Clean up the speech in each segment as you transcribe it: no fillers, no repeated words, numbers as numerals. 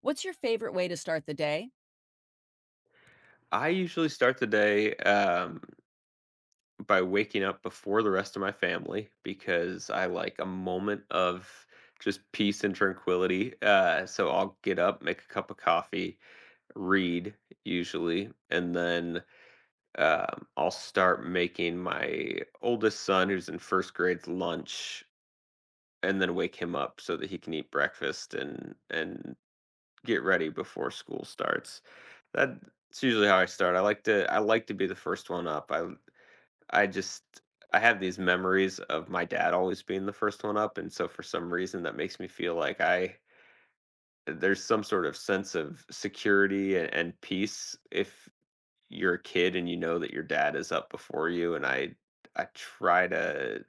What's your favorite way to start the day? I usually start the day by waking up before the rest of my family because I like a moment of just peace and tranquility. So I'll get up, make a cup of coffee, read usually, and then I'll start making my oldest son, who's in first grade, lunch, and then wake him up so that he can eat breakfast and get ready before school starts. That's usually how I start. I like to be the first one up. I just I have these memories of my dad always being the first one up, and so for some reason that makes me feel like I there's some sort of sense of security and peace if you're a kid and you know that your dad is up before you. And I try to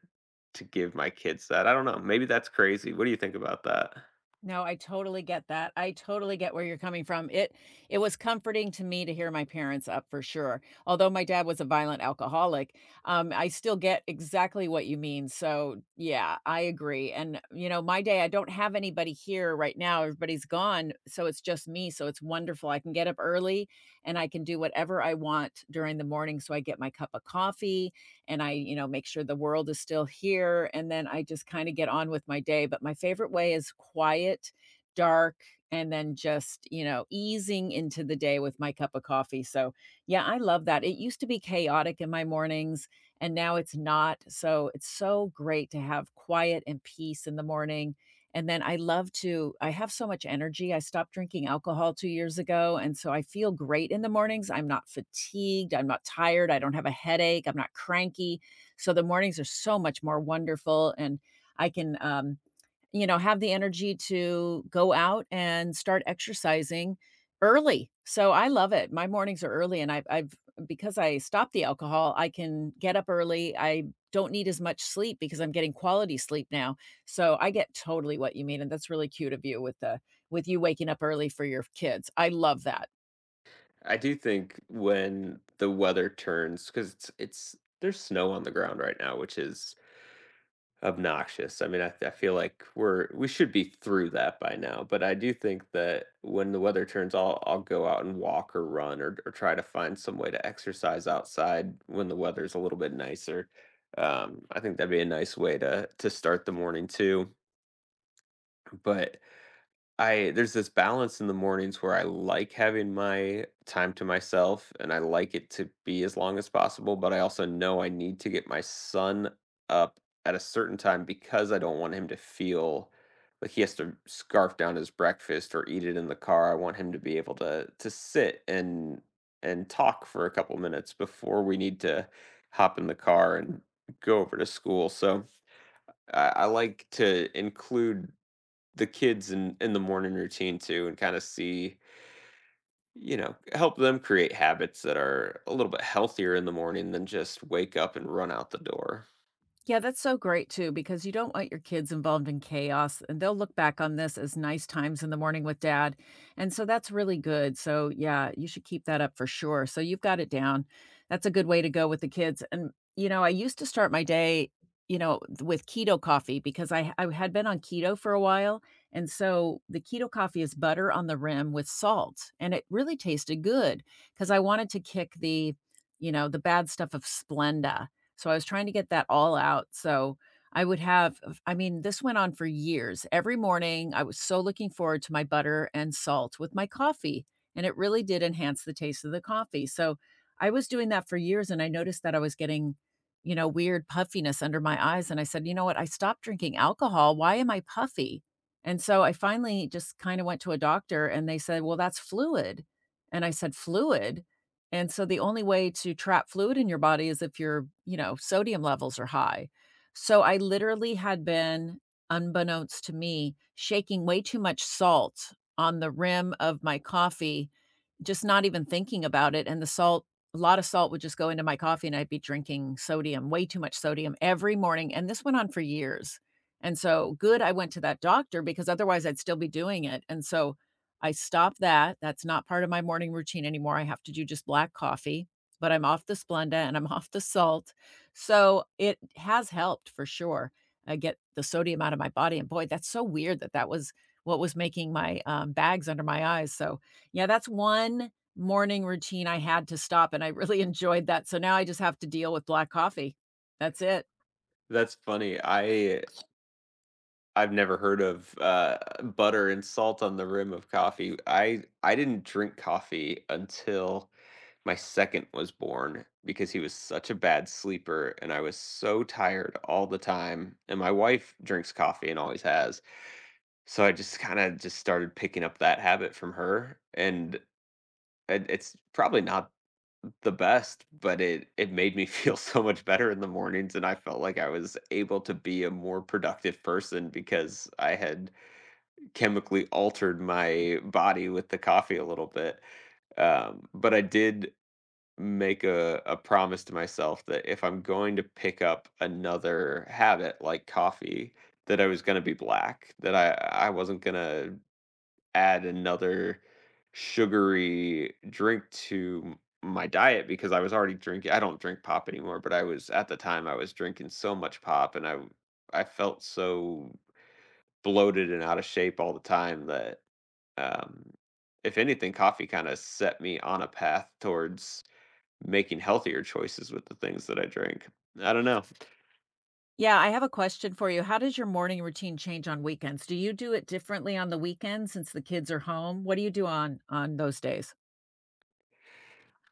to give my kids that. I don't know. Maybe that's crazy. What do you think about that? No, I totally get that. I totally get where you're coming from. It was comforting to me to hear my parents up for sure. Although my dad was a violent alcoholic, I still get exactly what you mean. So yeah, I agree. And my day, I don't have anybody here right now. Everybody's gone, so it's just me. So it's wonderful. I can get up early and I can do whatever I want during the morning. So I get my cup of coffee, and I, make sure the world is still here, and then I just kinda get on with my day, but my favorite way is quiet, dark, and then just, easing into the day with my cup of coffee, so, yeah, I love that. It used to be chaotic in my mornings, and now it's not, so it's so great to have quiet and peace in the morning, and then I love to I have so much energy. I stopped drinking alcohol 2 years ago, and so I feel great in the mornings. I'm not fatigued, I'm not tired, I don't have a headache, I'm not cranky. So the mornings are so much more wonderful, and I can, have the energy to go out and start exercising early. So I love it. My mornings are early and I've because I stopped the alcohol, I can get up early. I don't need as much sleep because I'm getting quality sleep now. So I get totally what you mean, and that's really cute of you with the with you waking up early for your kids. I love that. I do think when the weather turns, because it's there's snow on the ground right now, which is obnoxious. I mean, I feel like we should be through that by now, but I do think that when the weather turns, I'll go out and walk or run or try to find some way to exercise outside when the weather's a little bit nicer. I think that'd be a nice way to start the morning too. But I there's this balance in the mornings where I like having my time to myself, and I like it to be as long as possible, but I also know I need to get my son up at a certain time because I don't want him to feel like he has to scarf down his breakfast or eat it in the car. I want him to be able to sit and talk for a couple minutes before we need to hop in the car and go over to school. So I like to include the kids in the morning routine too and kind of see, help them create habits that are a little bit healthier in the morning than just wake up and run out the door. Yeah, that's so great too, because you don't want your kids involved in chaos, and they'll look back on this as nice times in the morning with dad. And so that's really good. So, yeah, you should keep that up for sure. So, you've got it down. That's a good way to go with the kids. And, I used to start my day, with keto coffee because I had been on keto for a while. And so the keto coffee is butter on the rim with salt, and it really tasted good because I wanted to kick the bad stuff of Splenda, so I was trying to get that all out. So I would have, I mean, this went on for years. Every morning, I was so looking forward to my butter and salt with my coffee, and it really did enhance the taste of the coffee. So I was doing that for years, and I noticed that I was getting, weird puffiness under my eyes, and I said, "You know what? I stopped drinking alcohol. Why am I puffy?" And so I finally just kinda went to a doctor, and they said, "Well, that's fluid." And I said, "Fluid?" And so the only way to trap fluid in your body is if your, sodium levels are high. So I literally had been, unbeknownst to me, shaking way too much salt on the rim of my coffee just not even thinking about it, and the salt a lot of salt would just go into my coffee, and I'd be drinking sodium, way too much sodium every morning, and this went on for years, and so, good I went to that doctor because otherwise I'd still be doing it, and so, I stopped that, that's not part of my morning routine anymore, I have to do just black coffee, but I'm off the Splenda and I'm off the salt, so it has helped for sure, I get the sodium out of my body, and boy, that's so weird that that was what was making my, bags under my eyes, so yeah, that's one morning routine I had to stop, and I really enjoyed that, so now I just have to deal with black coffee. That's it. That's funny. I've never heard of butter and salt on the rim of coffee. I didn't drink coffee until my second was born because he was such a bad sleeper and I was so tired all the time and my wife drinks coffee and always has. So I just kinda just started picking up that habit from her, and it's probably not the best, but it made me feel so much better in the mornings, and I felt like I was able to be a more productive person because I had chemically altered my body with the coffee a little bit. But I did make a promise to myself that if I'm going to pick up another habit like coffee, that I was gonna be black, that I wasn't gonna add another sugary drink to my diet because I don't drink pop anymore, but I was at the time I was drinking so much pop, and I felt so bloated and out of shape all the time that um if anything coffee kind of set me on a path towards making healthier choices with the things that I drink. I don't know. Yeah, I have a question for you. How does your morning routine change on weekends? Do you do it differently on the weekend since the kids are home? What do you do on those days?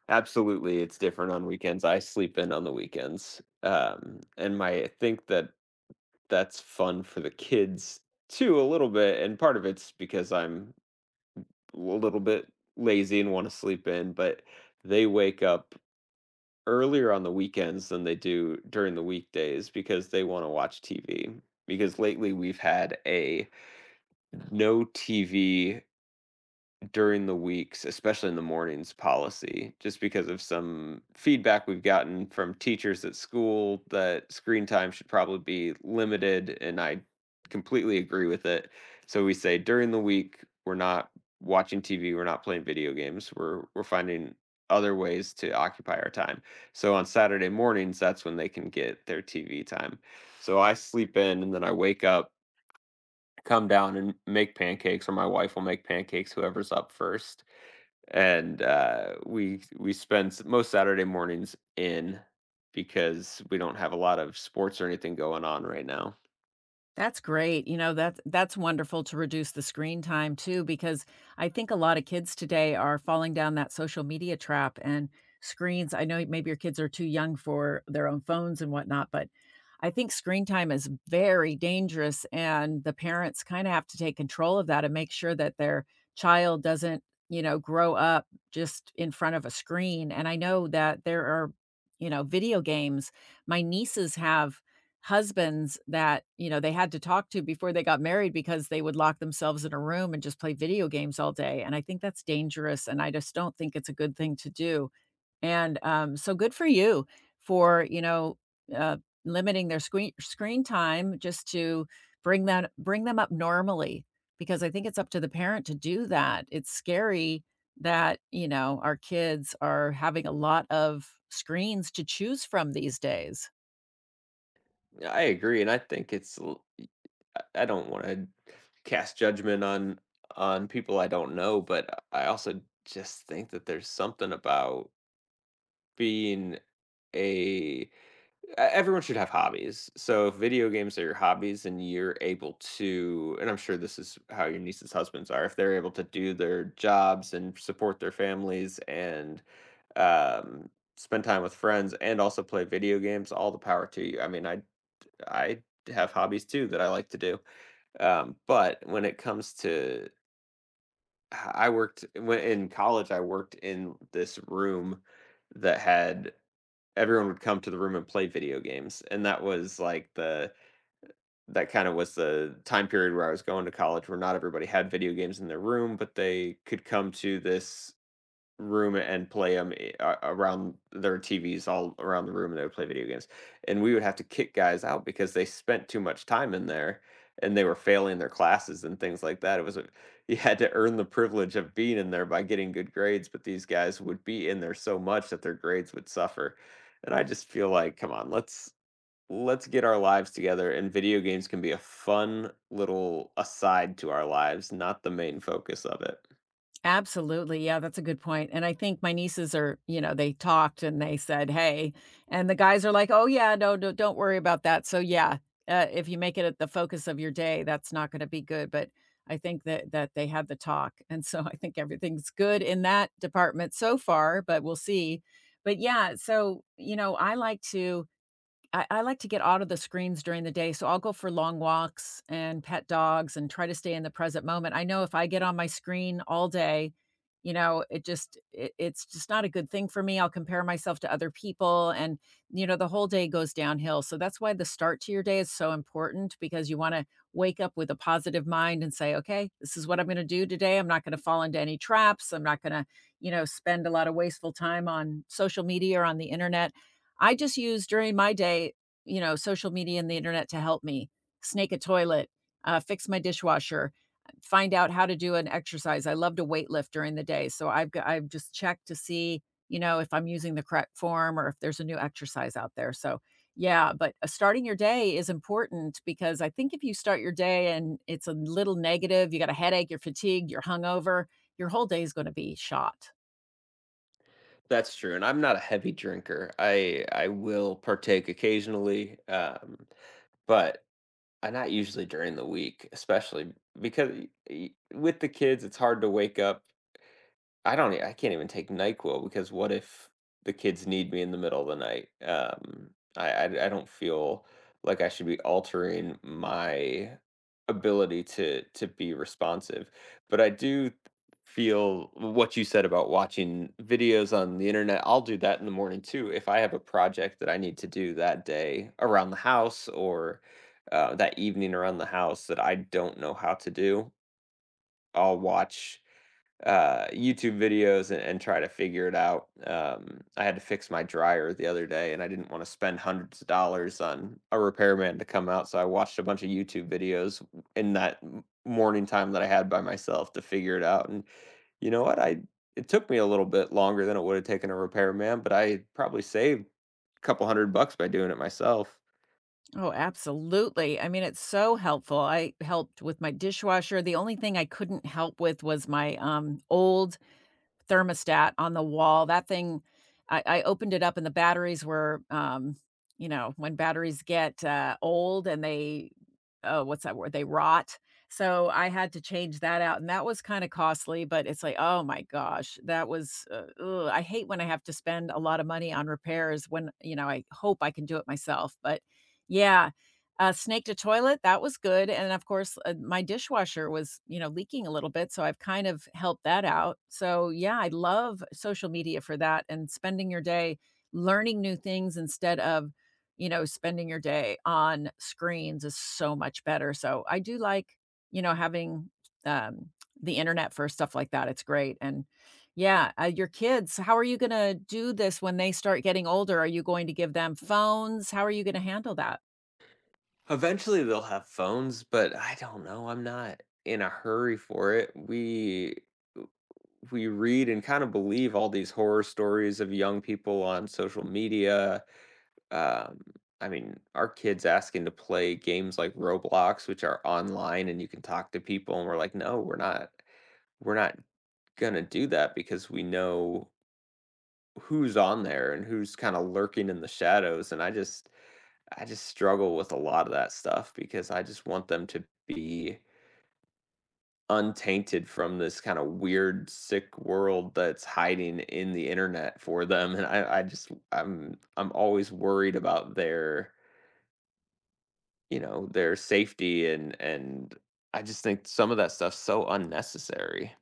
Absolutely, it's different on weekends. I sleep in on the weekends. And my I think that that's fun for the kids too a little bit, and part of it's because I'm a little bit lazy and want to sleep in, but they wake up earlier on the weekends than they do during the weekdays because they want to watch TV, because lately we've had a no TV during the weeks, especially in the mornings, policy, just because of some feedback we've gotten from teachers at school that screen time should probably be limited, and I completely agree with it. So we say during the week, we're not watching TV, we're not playing video games, we're finding other ways to occupy our time. So on Saturday mornings, that's when they can get their TV time. So I sleep in and then I wake up, come down and make pancakes, or my wife will make pancakes, whoever's up first, and we spend most Saturday mornings in because we don't have a lot of sports or anything going on right now. That's great. That's wonderful to reduce the screen time too, because I think a lot of kids today are falling down that social media trap and screens. I know maybe your kids are too young for their own phones and whatnot, but I think screen time is very dangerous, and the parents kind of have to take control of that and make sure that their child doesn't, grow up just in front of a screen. And I know that there are, video games. My nieces have husbands that, they had to talk to before they got married because they would lock themselves in a room and just play video games all day, and I think that's dangerous, and I just don't think it's a good thing to do, and, so good for you for, uh, limiting their screen time just to bring them up normally, because I think it's up to the parent to do that. It's scary that, our kids are having a lot of screens to choose from these days. Yeah, I agree, and I think it's l- y- I don't want to cast judgment on people I don't know, but I also just think that there's something about being a everyone should have hobbies. So if video games are your hobbies and you're able to, and I'm sure this is how your niece's husbands are, if they're able to do their jobs and support their families and um, spend time with friends and also play video games, all the power to you. I mean, I have hobbies too that I like to do, but when it comes to I worked when in college. I worked in this room that had everyone would come to the room and play video games, and that was like the that kinda was the time period where I was going to college where not everybody had video games in their room, but they could come to this room and play them around their TVs all around the room, and they would play video games. And we would have to kick guys out because they spent too much time in there, and they were failing their classes and things like that. It was a You had to earn the privilege of being in there by getting good grades, but these guys would be in there so much that their grades would suffer. And I just feel like, "Come on, let's get our lives together, and video games can be a fun little aside to our lives, not the main focus of it." Absolutely, yeah, that's a good point, and I think my nieces are they talked and they said, "Hey," and the guys are like, "Oh, yeah, no, no, don't worry about that," so yeah, if you make it at the focus of your day, that's not gonna be good, but I think that they had the talk, and so I think everything's good in that department so far, but we'll see, but yeah, so, I like to get out of the screens during the day, so I'll go for long walks and pet dogs and try to stay in the present moment. I know if I get on my screen all day, it's just not a good thing for me. I'll compare myself to other people and the whole day goes downhill. So that's why the start to your day is so important because you want to wake up with a positive mind and say, "Okay, this is what I'm going to do today. I'm not going to fall into any traps. I'm not going to, spend a lot of wasteful time on social media or on the internet." I just use during my day, social media and the internet to help me snake a toilet, fix my dishwasher, find out how to do an exercise. I love to weight lift during the day, so I've just checked to see, if I'm using the correct form or if there's a new exercise out there, so, yeah, but, starting your day is important because I think if you start your day and it's a little negative, you got a headache, you're fatigued, you're hungover, your whole day is gonna be shot. That's true, and I'm not a heavy drinker. I will partake occasionally, but I not usually during the week, especially because with the kids it's hard to wake up. I don't e I can't even take NyQuil because what if the kids need me in the middle of the night? I don't feel like I should be altering my ability to be responsive, but I do feel what you said about watching videos on the internet. I'll do that in the morning too. If I have a project that I need to do that day around the house or that evening around the house that I don't know how to do, I'll watch YouTube videos and try to figure it out. I had to fix my dryer the other day, and I didn't want to spend hundreds of dollars on a repairman to come out, so I watched a bunch of YouTube videos in that morning time that I had by myself to figure it out. And you know what? I It took me a little bit longer than it would have taken a repairman, but I probably saved a couple $100 by doing it myself. Oh, absolutely. I mean, it's so helpful. I helped with my dishwasher. The only thing I couldn't help with was my old thermostat on the wall. That thing, I opened it up, and the batteries were, when batteries get old and they, oh, what's that word? They rot. So I had to change that out, and that was kind of costly. But it's like, oh my gosh, that was. Ugh. I hate when I have to spend a lot of money on repairs when, I hope I can do it myself, but yeah, snaked a toilet, that was good, and of course, my dishwasher was, leaking a little bit, so I've kind of helped that out. So, yeah, I love social media for that and spending your day learning new things instead of, spending your day on screens is so much better. So, I do like, having, um, the internet for stuff like that. It's great, and yeah, your kids, how are you gonna do this when they start getting older? Are you going to give them phones? How are you gonna handle that? Eventually, they'll have phones, but I don't know. I'm not in a hurry for it. We read and kind of believe all these horror stories of young people on social media. Um, I mean, our kids asking to play games like Roblox, which are online and you can talk to people, and we're like, no, we're not gonna do that because we know who's on there and who's kind of lurking in the shadows. And I just struggle with a lot of that stuff because I just want them to be untainted from this kind of weird, sick world that's hiding in the internet for them, and I just I'm always worried about their, their safety and I just think some of that stuff's so unnecessary.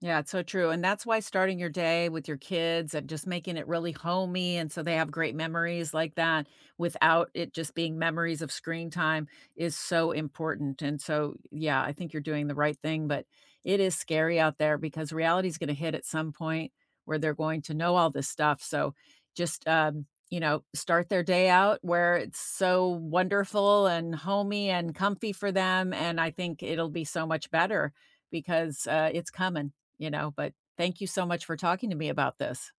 Yeah, it's so true, and that's why starting your day with your kids and just making it really homey and so they have great memories like that without it just being memories of screen time is so important, and so, yeah, I think you're doing the right thing, but it is scary out there because reality is gonna hit at some point where they're going to know all this stuff, so just, start their day out where it's so wonderful and homey and comfy for them, and I think it'll be so much better because, it's coming. But thank you so much for talking to me about this.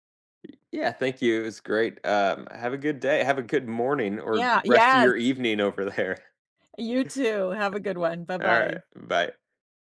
Yeah, thank you, it was great, have a good day, have a good morning or Yeah, rest of your yes. evening over there. You too. Have a good one. Bye-bye. Alright, bye.